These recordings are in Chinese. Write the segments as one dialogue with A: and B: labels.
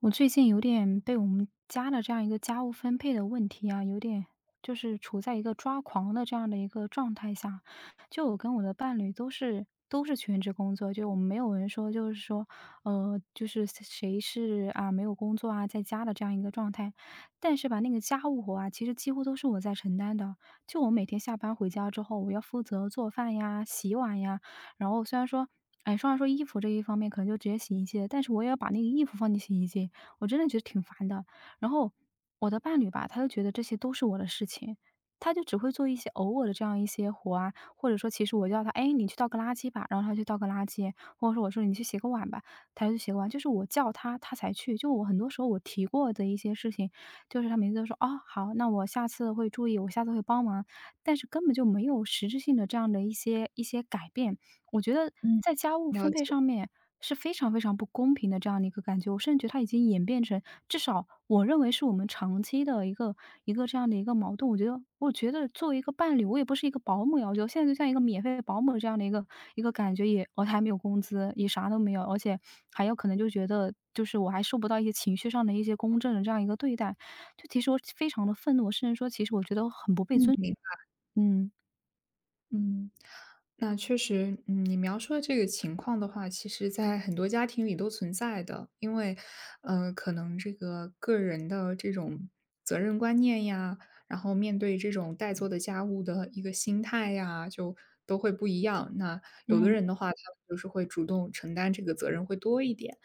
A: 我最近有点被我们家的这样一个家务分配的问题啊，有点就是处在一个抓狂的这样的一个状态下。就我跟我的伴侣都是全职工作，就我们没有人说就是说，就是谁谁是啊没有工作啊在家的这样一个状态。但是吧，那个家务活啊，其实几乎都是我在承担的。就我每天下班回家之后，我要负责做饭呀、洗碗呀，然后虽然说。哎，虽然说衣服这一方面可能就直接洗衣机了，但是我也要把那个衣服放进洗衣机，我真的觉得挺烦的。然后我的伴侣吧，他就觉得这些都是我的事情，他就只会做一些偶尔的这样一些活啊，或者说其实我叫他，哎，你去倒个垃圾吧，然后他去倒个垃圾，或者说我说你去洗个碗吧，他就去洗个碗，就是我叫他，他才去。就我很多时候我提过的一些事情，就是他每次都说哦好，那我下次会注意，我下次会帮忙，但是根本就没有实质性的这样的一些改变。我觉得
B: 嗯，
A: 在家务分
B: 了
A: 配
B: 解。
A: 上面。是非常非常不公平的这样的一个感觉。我甚至觉得它已经演变成，至少我认为是我们长期的一个这样的一个矛盾。我觉得作为一个伴侣，我也不是一个保姆要求，我觉得我现在就像一个免费保姆这样的一个感觉也，我还没有工资，也啥都没有，而且还有可能就觉得。就是我还受不到一些情绪上的一些公正的这样一个对待，就其实我非常的愤怒，甚至说其实我觉得很不被
B: 嗯，
A: 尊，
B: 明
A: 嗯
B: 嗯，那确实，你描述的这个情况的话，其实在很多家庭里都存在的。因为，可能这个个人的这种责任观念呀，然后面对这种待做的家务的一个心态呀，就都会不一样。那有的
A: 嗯。
B: 人的话，他们就是会主动承担这个责任会多一点。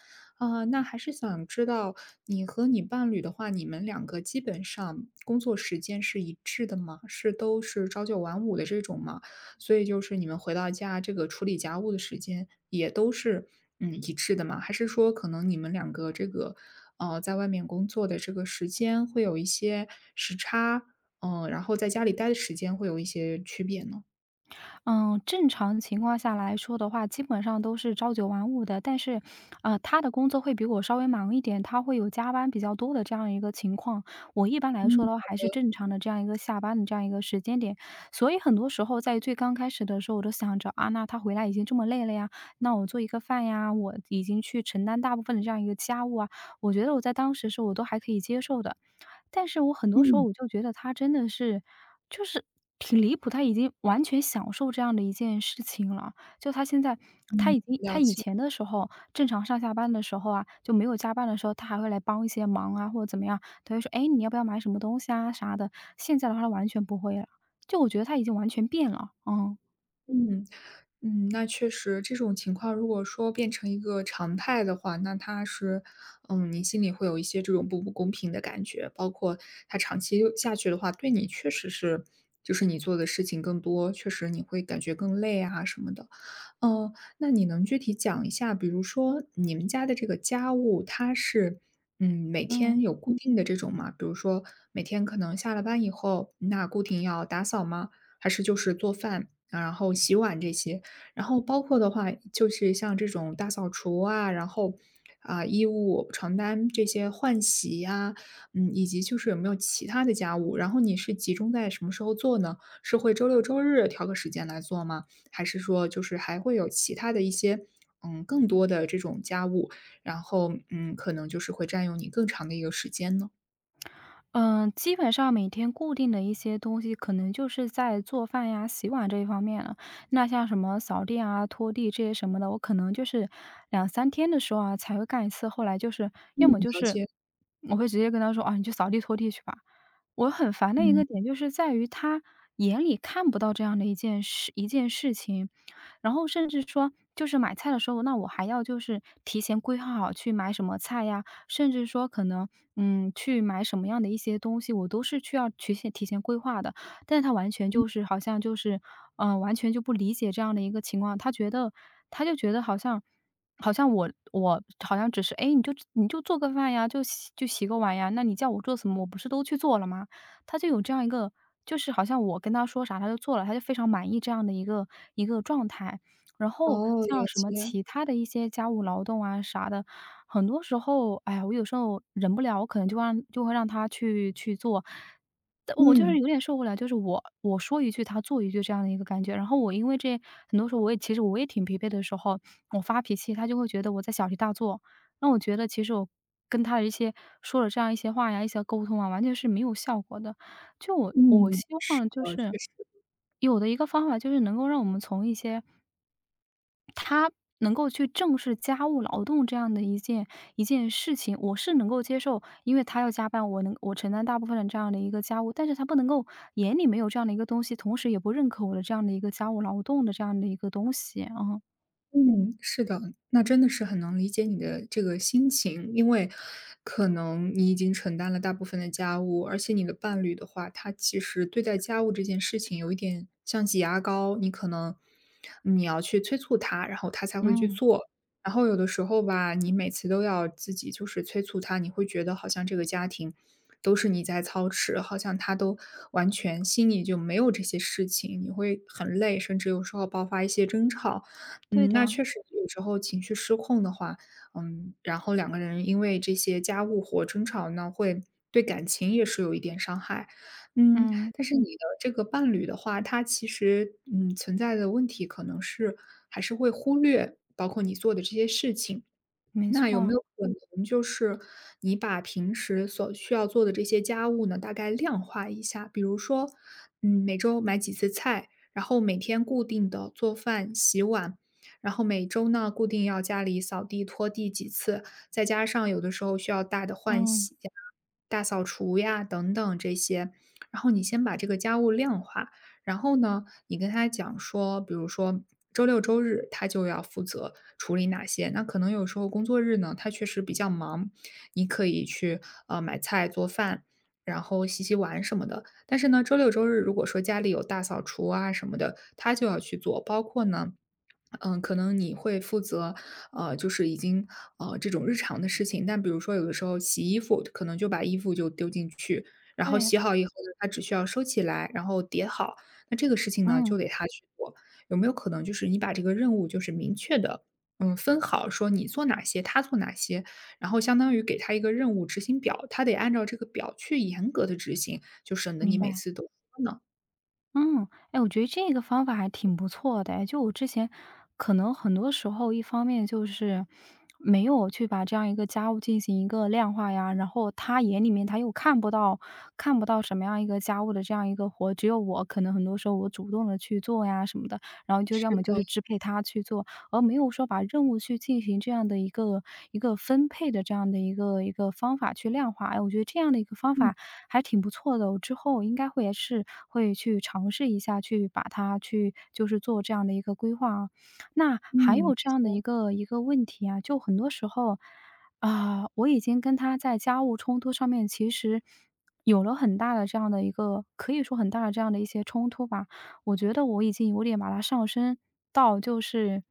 B: 啊、那还是想知道你和你伴侣的话，你们两个基本上工作时间是一致的吗？是都是朝九晚五的这种吗？所以就是你们回到家这个处理家务的时间也都是，一致的吗？还是说可能你们两个这个，在外面工作的这个时间会有一些时差，嗯，然后在家里待的时间会有一些区别呢？
A: 嗯，正常情况下来说的话，基本上都是朝九晚五的。但是，他的工作会比我稍微忙一点，他会有加班比较多的这样一个情况。我一般来说
B: 嗯。
A: 的话，还是正常的这样一个下班的这样一个时间点。所以很多时候在最刚开始的时候，我都想着啊，那他回来已经这么累了呀，那我做一个饭呀，我已经去承担大部分的这样一个家务啊，我觉得我在当时是我都还可以接受的。但是我很多时候
B: 嗯。
A: 我就觉得他真的是，就是挺离谱，他已经完全享受这样的一件事情了。就他现在，他
B: 嗯。
A: 已经他
B: 了
A: 以
B: 解。
A: 前的时候，正常上下班的时候啊，就没有加班的时候，他还会来帮一些忙啊，或者怎么样，他会说：“哎，你要不要买什么东西啊？”啥的。现在的话，他完全不会了，就我觉得他已经完全变了，嗯
B: 嗯，嗯，那确实这种情况，如果说变成一个常态的话，那它是，你心里会有一些这种不公平的感觉，包括它长期下去的话，对你确实是，就是你做的事情更多，确实你会感觉更累啊什么的。嗯，那你能具体讲一下，比如说你们家的这个家务，它是，每天
A: 嗯。
B: 有固定的这种吗？比如说每天可能下了班以后，那固定要打扫吗？还是就是做饭？然后洗碗这些，然后包括的话，就是像这种大扫除啊，然后啊、衣物、床单这些换洗呀、以及就是有没有其他的家务，然后你是集中在什么时候做呢？是会周六周日挑个时间来做吗？还是说就是还会有其他的一些更多的这种家务，然后可能就是会占用你更长的一个时间呢？
A: 嗯，基本上每天固定的一些东西，可能就是在做饭呀、洗碗这一方面了。那像什么扫地啊、拖地这些什么的，我可能就是两三天的时候啊，才会干一次。后来就是
B: 嗯，
A: 要么就
B: 了
A: 是
B: 解。
A: 我会直接跟他说：“啊，你去扫地拖地去吧。”我很烦的一
B: 嗯。
A: 个点就是在于他眼里看不到这样的一件事情。然后甚至说就是买菜的时候，那我还要就是提前规划好去买什么菜呀，甚至说可能，嗯，去买什么样的一些东西，我都是去要提前规划的。但是他完全就是好像就是，完全就不理解这样的一个情况，他觉得他就觉得好像好像我好像只是哎，诶，你就做个饭呀，就洗个碗呀，那你叫我做什么，我不是都去做了吗？他就有这样一个就是好像我跟他说啥他就做了，他就非常满意这样的一个状态。然后
B: 哦，
A: 像
B: 了
A: 什
B: 解。
A: 么其他的一些家务劳动啊啥的，很多时候，哎呀，我有时候忍不了，我可能就会让他去做。但我就是
B: 嗯。
A: 有点受不了，就是我说一句，他做一句这样的一个感觉。然后我因为这很多时候其实我也挺疲惫的时候，我发脾气，他就会觉得我在小题大做。那我觉得其实我跟他的一些说了这样一些话呀，一些沟通啊，完全是没有效果的。就我
B: 嗯，
A: 希
B: 是
A: 望
B: 的，
A: 就是
B: 确实。
A: 有的一个方法，就是能够让我们从一些能够去正视家务劳动这样的一件事情，我是能够接受，因为他要加班，我承担大部分的这样的一个家务，但是他不能够眼里没有这样的一个东西，同时也不认可我的这样的一个家务劳动的这样的一个东西啊。
B: 嗯，是的。那真的是很能理解你的这个心情，因为可能你已经承担了大部分的家务，而且你的伴侣的话，他其实对待家务这件事情有一点像挤牙膏，你可能你要去催促他，然后他才会去
A: 嗯，
B: 做。然后有的时候吧，你每次都要自己就是催促他，你会觉得好像这个家庭都是你在操持，好像他都完全心里就没有这些事情，你会很累，甚至有时候爆发一些争吵。
A: 对
B: 嗯，那
A: 的，
B: 确实有时候情绪失控的话，嗯，然后两个人因为这些家务活争吵呢，会对感情也是有一点伤害。嗯，
A: 嗯，
B: 但是你的这个伴侣的话，他其实存在的问题可能是还是会忽略包括你做的这些事情，
A: 没
B: 那有没
A: 错，
B: 有可能就是你把平时所需要做的这些家务呢，大概量化一下？比如说，每周买几次菜，然后每天固定的做饭、洗碗，然后每周呢固定要家里扫地、拖地几次，再加上有的时候需要大的换
A: 嗯，
B: 洗呀、大扫除呀等等这些。然后你先把这个家务量化，然后呢，你跟他讲说，比如说周六周日他就要负责处理哪些，那可能有时候工作日呢，他确实比较忙，你可以去买菜做饭。然后洗洗碗什么的，但是呢，周六周日如果说家里有大扫除啊什么的，他就要去做。包括呢，可能你会负责，就是已经这种日常的事情。但比如说有的时候洗衣服，可能就把衣服就丢进去，然后
A: 对，
B: 洗好以后呢，他只需要收起来，然后叠好，那这个事情呢，就
A: 嗯，
B: 得他去做。有没有可能就是你把这个任务就是明确的，分好，说你做哪些，他做哪些，然后相当于给他一个任务执行表，他得按照这个表去严格的执行，就省得
A: 明
B: 你每
A: 白。
B: 次都
A: 嗯，哎，我觉得这个方法还挺不错的哎，就我之前可能很多时候，一方面就是没有去把这样一个家务进行一个量化呀，然后他眼里面他又看不到什么样一个家务的这样一个活，只有我可能很多时候我主动的去做呀什么的，然后就
B: 是
A: 要么
B: 的。
A: 就是支配他去做，而没有说把任务去进行这样的一个分配的这样的一个方法去量化。哎，我觉得这样的一个方
B: 嗯。
A: 法还挺不错的，我之后应该会也是会去尝试一下，去把它去就是做这样的一个规划啊。那
B: 嗯，
A: 还
B: 没
A: 有这样的一
B: 错。
A: 个一个问题啊，就很多时候，啊，我已经跟他在家务冲突上面其实有了很大的这样的一个可以说很大的这样的一些冲突吧。我觉得我已经有点把它上升到就是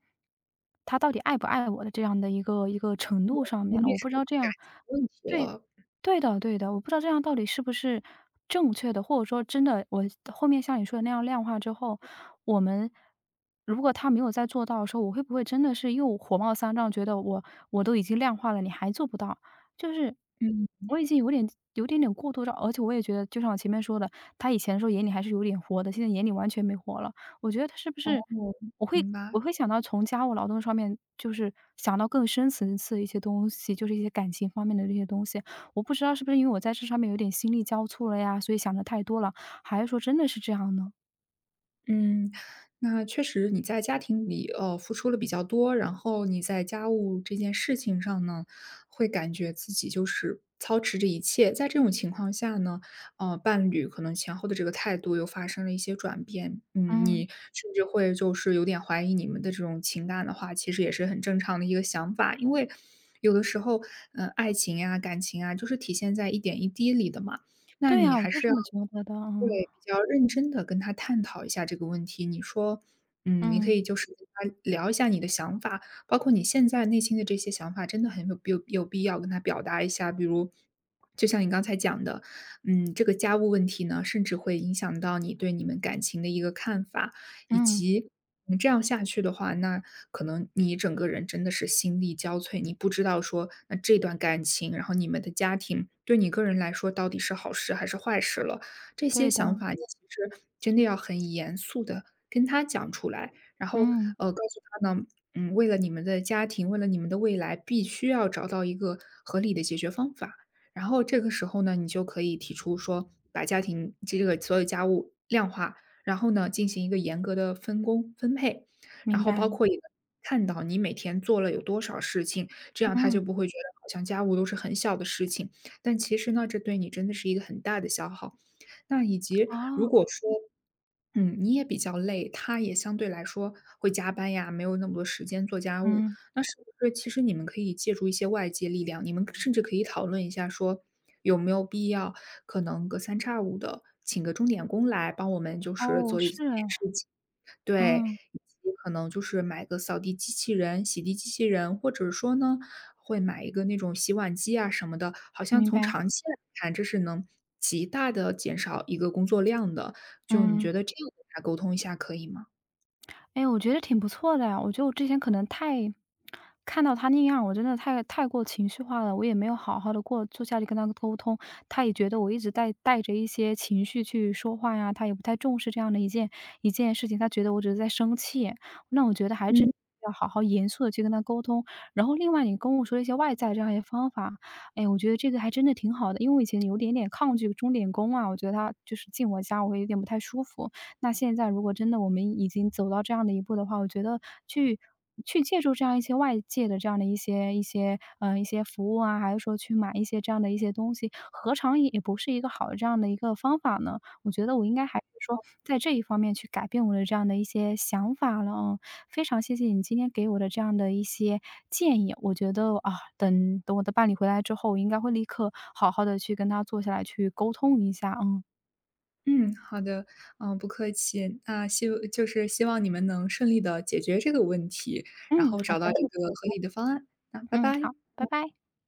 A: 他到底爱不爱我的这样的一个程度上
B: 已
A: 面了，
B: 变
A: 我不
B: 成
A: 知道这
B: 感
A: 样
B: 情问题
A: 对，
B: 了。
A: 对的，我不知道这样到底是不是正确的，或者说真的，我后面像你说的那样量化之后，我们如果他没有再做到的时候，我会不会真的是又火冒三丈，觉得我都已经量化了，你还做不到？就是
B: 嗯，
A: 我已经有点有点点过度到，而且我也觉得，就像我前面说的，他以前的时候眼里还是有点活的，现在眼里完全没活了。我觉得他是不是，
B: 哦，
A: 我会
B: 明白。
A: 我会想到从家务劳动上面，就是想到更深层次一些东西，就是一些感情方面的这些东西。我不知道是不是因为我在这上面有点心力交瘁了呀，所以想的太多了，还是说真的是这样呢？
B: 嗯，那确实你在家庭里，付出了比较多，然后你在家务这件事情上呢，会感觉自己就是操持着一切。在这种情况下呢，伴侣可能前后的这个态度又发生了一些转变，嗯，
A: 嗯，
B: 你甚至会就是有点怀疑你们的这种情感的话，其实也是很正常的一个想法，因为有的时候，爱情呀、感情啊，就是体现在一点一滴里的嘛。那
A: 对
B: 你
A: 呀，我
B: 还
A: 就
B: 是
A: 这
B: 要
A: 么觉得的，嗯，
B: 对，比较认真的跟他探讨一下这个问题。你说，你可
A: 嗯，
B: 以就是跟他聊一下你的想法，包括你现在内心的这些想法，真的很有必要跟他表达一下。比如，就像你刚才讲的，这个家务问题呢，甚至会影响到你对你们感情的一个看法，以
A: 嗯，
B: 及你这样下去的话，那可能你整个人真的是心力交瘁，你不知道说，那这段感情，然后你们的家庭对你个人来说到底是好事还是坏事了。这些
A: 对
B: 想
A: 的，
B: 法你其实真的要很严肃的跟他讲出来，然后，
A: 嗯，
B: 告诉他呢，为了你们的家庭，为了你们的未来，必须要找到一个合理的解决方法。然后这个时候呢，你就可以提出说，把家庭这个所有家务量化，然后呢，进行一个严格的分工分配，然
A: 明
B: 后
A: 白
B: 包
A: 了，
B: 括也看到你每天做了有多少事情，这样他
A: 嗯，
B: 就不会觉得好像家务都是很小的事情，但其实呢，这对你真的是一个很大的消耗。那以及如
A: 哦，
B: 果说，你也比较累，他也相对来说会加班呀，没有那么多时间做家务，
A: 嗯，
B: 那是不是其实你们可以借助一些外界力量，你们甚至可以讨论一下说，有没有必要可能隔三差五的请个钟点工来帮我们就是
A: 哦，
B: 做一
A: 是
B: 件事
A: 哎，
B: 情。对，
A: 嗯，
B: 以及可能就是买个扫地机器人、洗地机器人，或者说呢，会买一个那种洗碗机啊什么的，好像
A: 明
B: 从
A: 白，
B: 长期来看，这是能极大的减少一个工作量的。就你
A: 嗯。
B: 觉得这样跟他沟通一下可以吗？
A: 哎，我觉得挺不错的呀，我觉得我之前可能太看到他那样，我真的太过情绪化了，我也没有好好的过坐下去跟他沟通。他也觉得我一直带着一些情绪去说话呀，他也不太重视这样的一件事情，他觉得我只是在生气。那我觉得还真要好好严肃的去跟他沟通。然后另外你跟我说一些外在这样一些方法，哎，我觉得这个还真的挺好的，因为我以前有点点抗拒钟点工啊，我觉得他就是进我家我会有点不太舒服。那现在如果真的我们已经走到这样的一步的话，我觉得去去借助这样一些外界的这样的一些，一些服务啊，还是说去买一些这样的一些东西，何尝也不是一个好的这样的一个方法呢？我觉得我应该还是说在这一方面去改变我的这样的一些想法了，嗯，非常谢谢你今天给我的这样的一些建议，我觉得，啊，等等我的伴侣回来之后，我应该会立刻好好的去跟他坐下来去沟通一下，嗯。
B: 嗯，好的。嗯，不客气。那希就是希望你们能顺利的解决这个问题，然
A: 嗯，
B: 后
A: 好
B: 找到一
A: 的，
B: 嗯个合理的方案。那拜
A: 嗯，
B: 拜。
A: 好，拜拜。